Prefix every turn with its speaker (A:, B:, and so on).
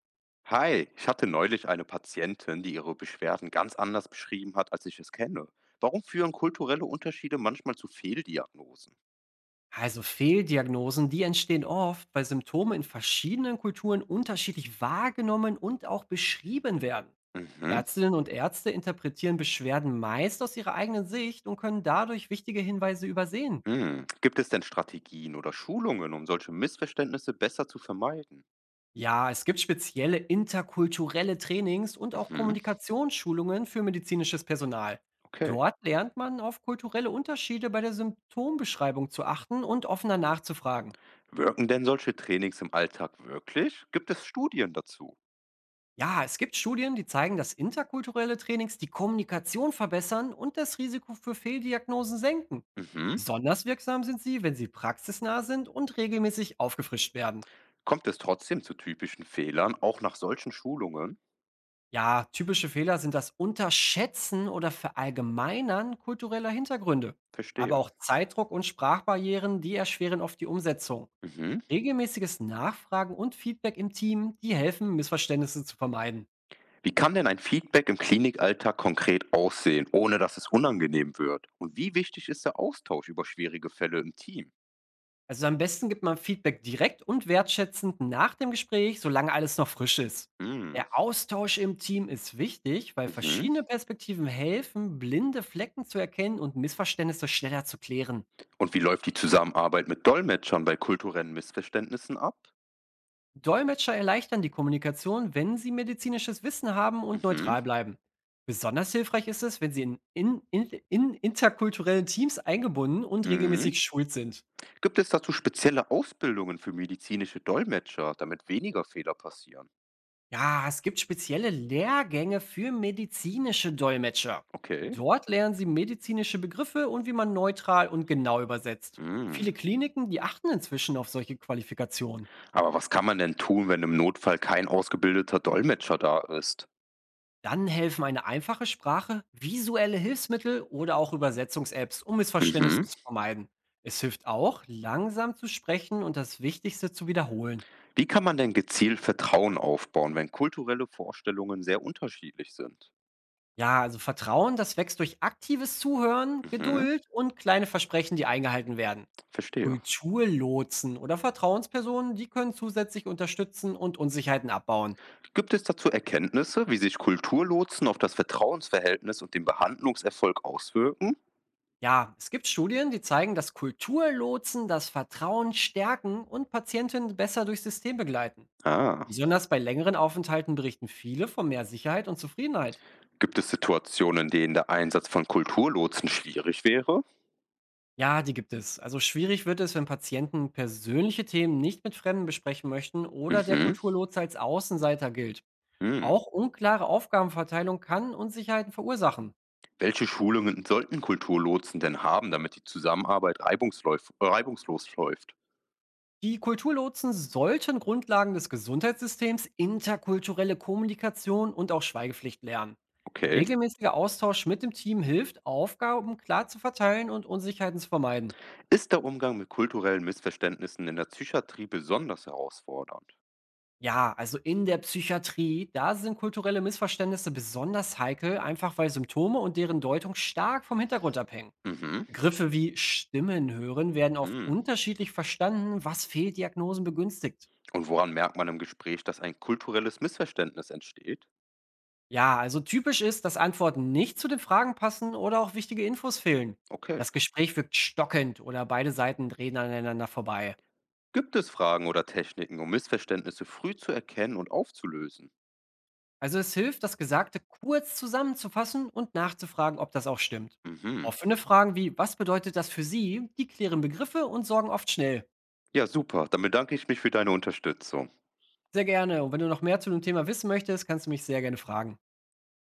A: Hi, ich hatte neulich eine Patientin, die ihre Beschwerden ganz anders beschrieben hat, als ich es kenne. Warum führen kulturelle Unterschiede manchmal zu Fehldiagnosen?
B: Also Fehldiagnosen, die entstehen oft, weil Symptome in verschiedenen Kulturen unterschiedlich wahrgenommen und auch beschrieben werden.
A: Mhm.
B: Ärztinnen und Ärzte interpretieren Beschwerden meist aus ihrer eigenen Sicht und können dadurch wichtige Hinweise übersehen.
A: Hm. Gibt es denn Strategien oder Schulungen, um solche Missverständnisse besser zu vermeiden?
B: Ja, es gibt spezielle interkulturelle Trainings und auch
A: Mhm.
B: Kommunikationsschulungen für medizinisches Personal.
A: Okay.
B: Dort lernt man auf kulturelle Unterschiede bei der Symptombeschreibung zu achten und offener nachzufragen.
A: Wirken denn solche Trainings im Alltag wirklich? Gibt es Studien dazu?
B: Ja, es gibt Studien, die zeigen, dass interkulturelle Trainings die Kommunikation verbessern und das Risiko für Fehldiagnosen senken.
A: Mhm.
B: Besonders wirksam sind sie, wenn sie praxisnah sind und regelmäßig aufgefrischt werden.
A: Kommt es trotzdem zu typischen Fehlern, auch nach solchen Schulungen?
B: Ja, typische Fehler sind das Unterschätzen oder Verallgemeinern kultureller Hintergründe. Aber
A: Verstehe.
B: auch Zeitdruck und Sprachbarrieren, die erschweren oft die Umsetzung.
A: Mhm.
B: Regelmäßiges Nachfragen und Feedback im Team, die helfen, Missverständnisse zu vermeiden.
A: Wie kann denn ein Feedback im Klinikalltag konkret aussehen, ohne dass es unangenehm wird? Und wie wichtig ist der Austausch über schwierige Fälle im Team?
B: Also am besten gibt man Feedback direkt und wertschätzend nach dem Gespräch, solange alles noch frisch ist.
A: Mm.
B: Der Austausch im Team ist wichtig, weil
A: Mhm.
B: verschiedene Perspektiven helfen, blinde Flecken zu erkennen und Missverständnisse schneller zu klären.
A: Und wie läuft die Zusammenarbeit mit Dolmetschern bei kulturellen Missverständnissen ab?
B: Dolmetscher erleichtern die Kommunikation, wenn sie medizinisches Wissen haben und
A: Mhm.
B: neutral bleiben. Besonders hilfreich ist es, wenn sie in interkulturellen Teams eingebunden und
A: Mhm.
B: regelmäßig geschult sind.
A: Gibt es dazu spezielle Ausbildungen für medizinische Dolmetscher, damit weniger Fehler passieren?
B: Ja, es gibt spezielle Lehrgänge für medizinische Dolmetscher.
A: Okay.
B: Dort lernen sie medizinische Begriffe und wie man neutral und genau übersetzt.
A: Mm.
B: Viele Kliniken, die achten inzwischen auf solche Qualifikationen.
A: Aber was kann man denn tun, wenn im Notfall kein ausgebildeter Dolmetscher da ist?
B: Dann helfen eine einfache Sprache, visuelle Hilfsmittel oder auch Übersetzungs-Apps, um Missverständnisse
A: Mhm.
B: zu vermeiden. Es hilft auch, langsam zu sprechen und das Wichtigste zu wiederholen.
A: Wie kann man denn gezielt Vertrauen aufbauen, wenn kulturelle Vorstellungen sehr unterschiedlich sind?
B: Ja, also Vertrauen, das wächst durch aktives Zuhören,
A: Mhm,
B: Geduld und kleine Versprechen, die eingehalten werden.
A: verstehe.
B: Kulturlotsen oder Vertrauenspersonen, die können zusätzlich unterstützen und Unsicherheiten abbauen.
A: Gibt es dazu Erkenntnisse, wie sich Kulturlotsen auf das Vertrauensverhältnis und den Behandlungserfolg auswirken?
B: Ja, es gibt Studien, die zeigen, dass Kulturlotsen das Vertrauen stärken und Patienten besser durchs System begleiten.
A: Ah,
B: Besonders bei längeren Aufenthalten berichten viele von mehr Sicherheit und Zufriedenheit.
A: gibt es Situationen, in denen der Einsatz von Kulturlotsen schwierig wäre?
B: Ja, die gibt es. Also schwierig wird es, wenn Patienten persönliche Themen nicht mit Fremden besprechen möchten oder der
A: Mhm.
B: Kulturlotse als Außenseiter gilt.
A: Hm.
B: Auch unklare Aufgabenverteilung kann Unsicherheiten verursachen.
A: Welche Schulungen sollten Kulturlotsen denn haben, damit die Zusammenarbeit reibungslos läuft?
B: Die Kulturlotsen sollten Grundlagen des Gesundheitssystems, interkulturelle Kommunikation und auch Schweigepflicht lernen.
A: Okay.
B: Regelmäßiger Austausch mit dem Team hilft, Aufgaben klar zu verteilen und Unsicherheiten zu vermeiden.
A: Ist der Umgang mit kulturellen Missverständnissen in der Psychiatrie besonders herausfordernd?
B: Ja, also in der Psychiatrie, da sind kulturelle Missverständnisse besonders heikel, einfach weil Symptome und deren Deutung stark vom Hintergrund abhängen.
A: Mhm,
B: Begriffe wie Stimmen hören werden oft
A: mhm.
B: unterschiedlich verstanden, was Fehldiagnosen begünstigt.
A: Und woran merkt man im Gespräch, dass ein kulturelles Missverständnis entsteht?
B: Ja, also typisch ist, dass Antworten nicht zu den Fragen passen oder auch wichtige Infos fehlen.
A: Okay.
B: Das Gespräch wirkt stockend oder beide Seiten drehen aneinander vorbei.
A: Gibt es Fragen oder Techniken, um Missverständnisse früh zu erkennen und aufzulösen?
B: Also es hilft, das Gesagte kurz zusammenzufassen und nachzufragen, ob das auch stimmt.
A: Mhm.
B: Offene Fragen wie, was bedeutet das für Sie, die klären Begriffe und sorgen oft schnell.
A: Ja, super. Dann bedanke ich mich für deine Unterstützung.
B: Sehr gerne. Und wenn du noch mehr zu dem Thema wissen möchtest, kannst du mich sehr gerne fragen.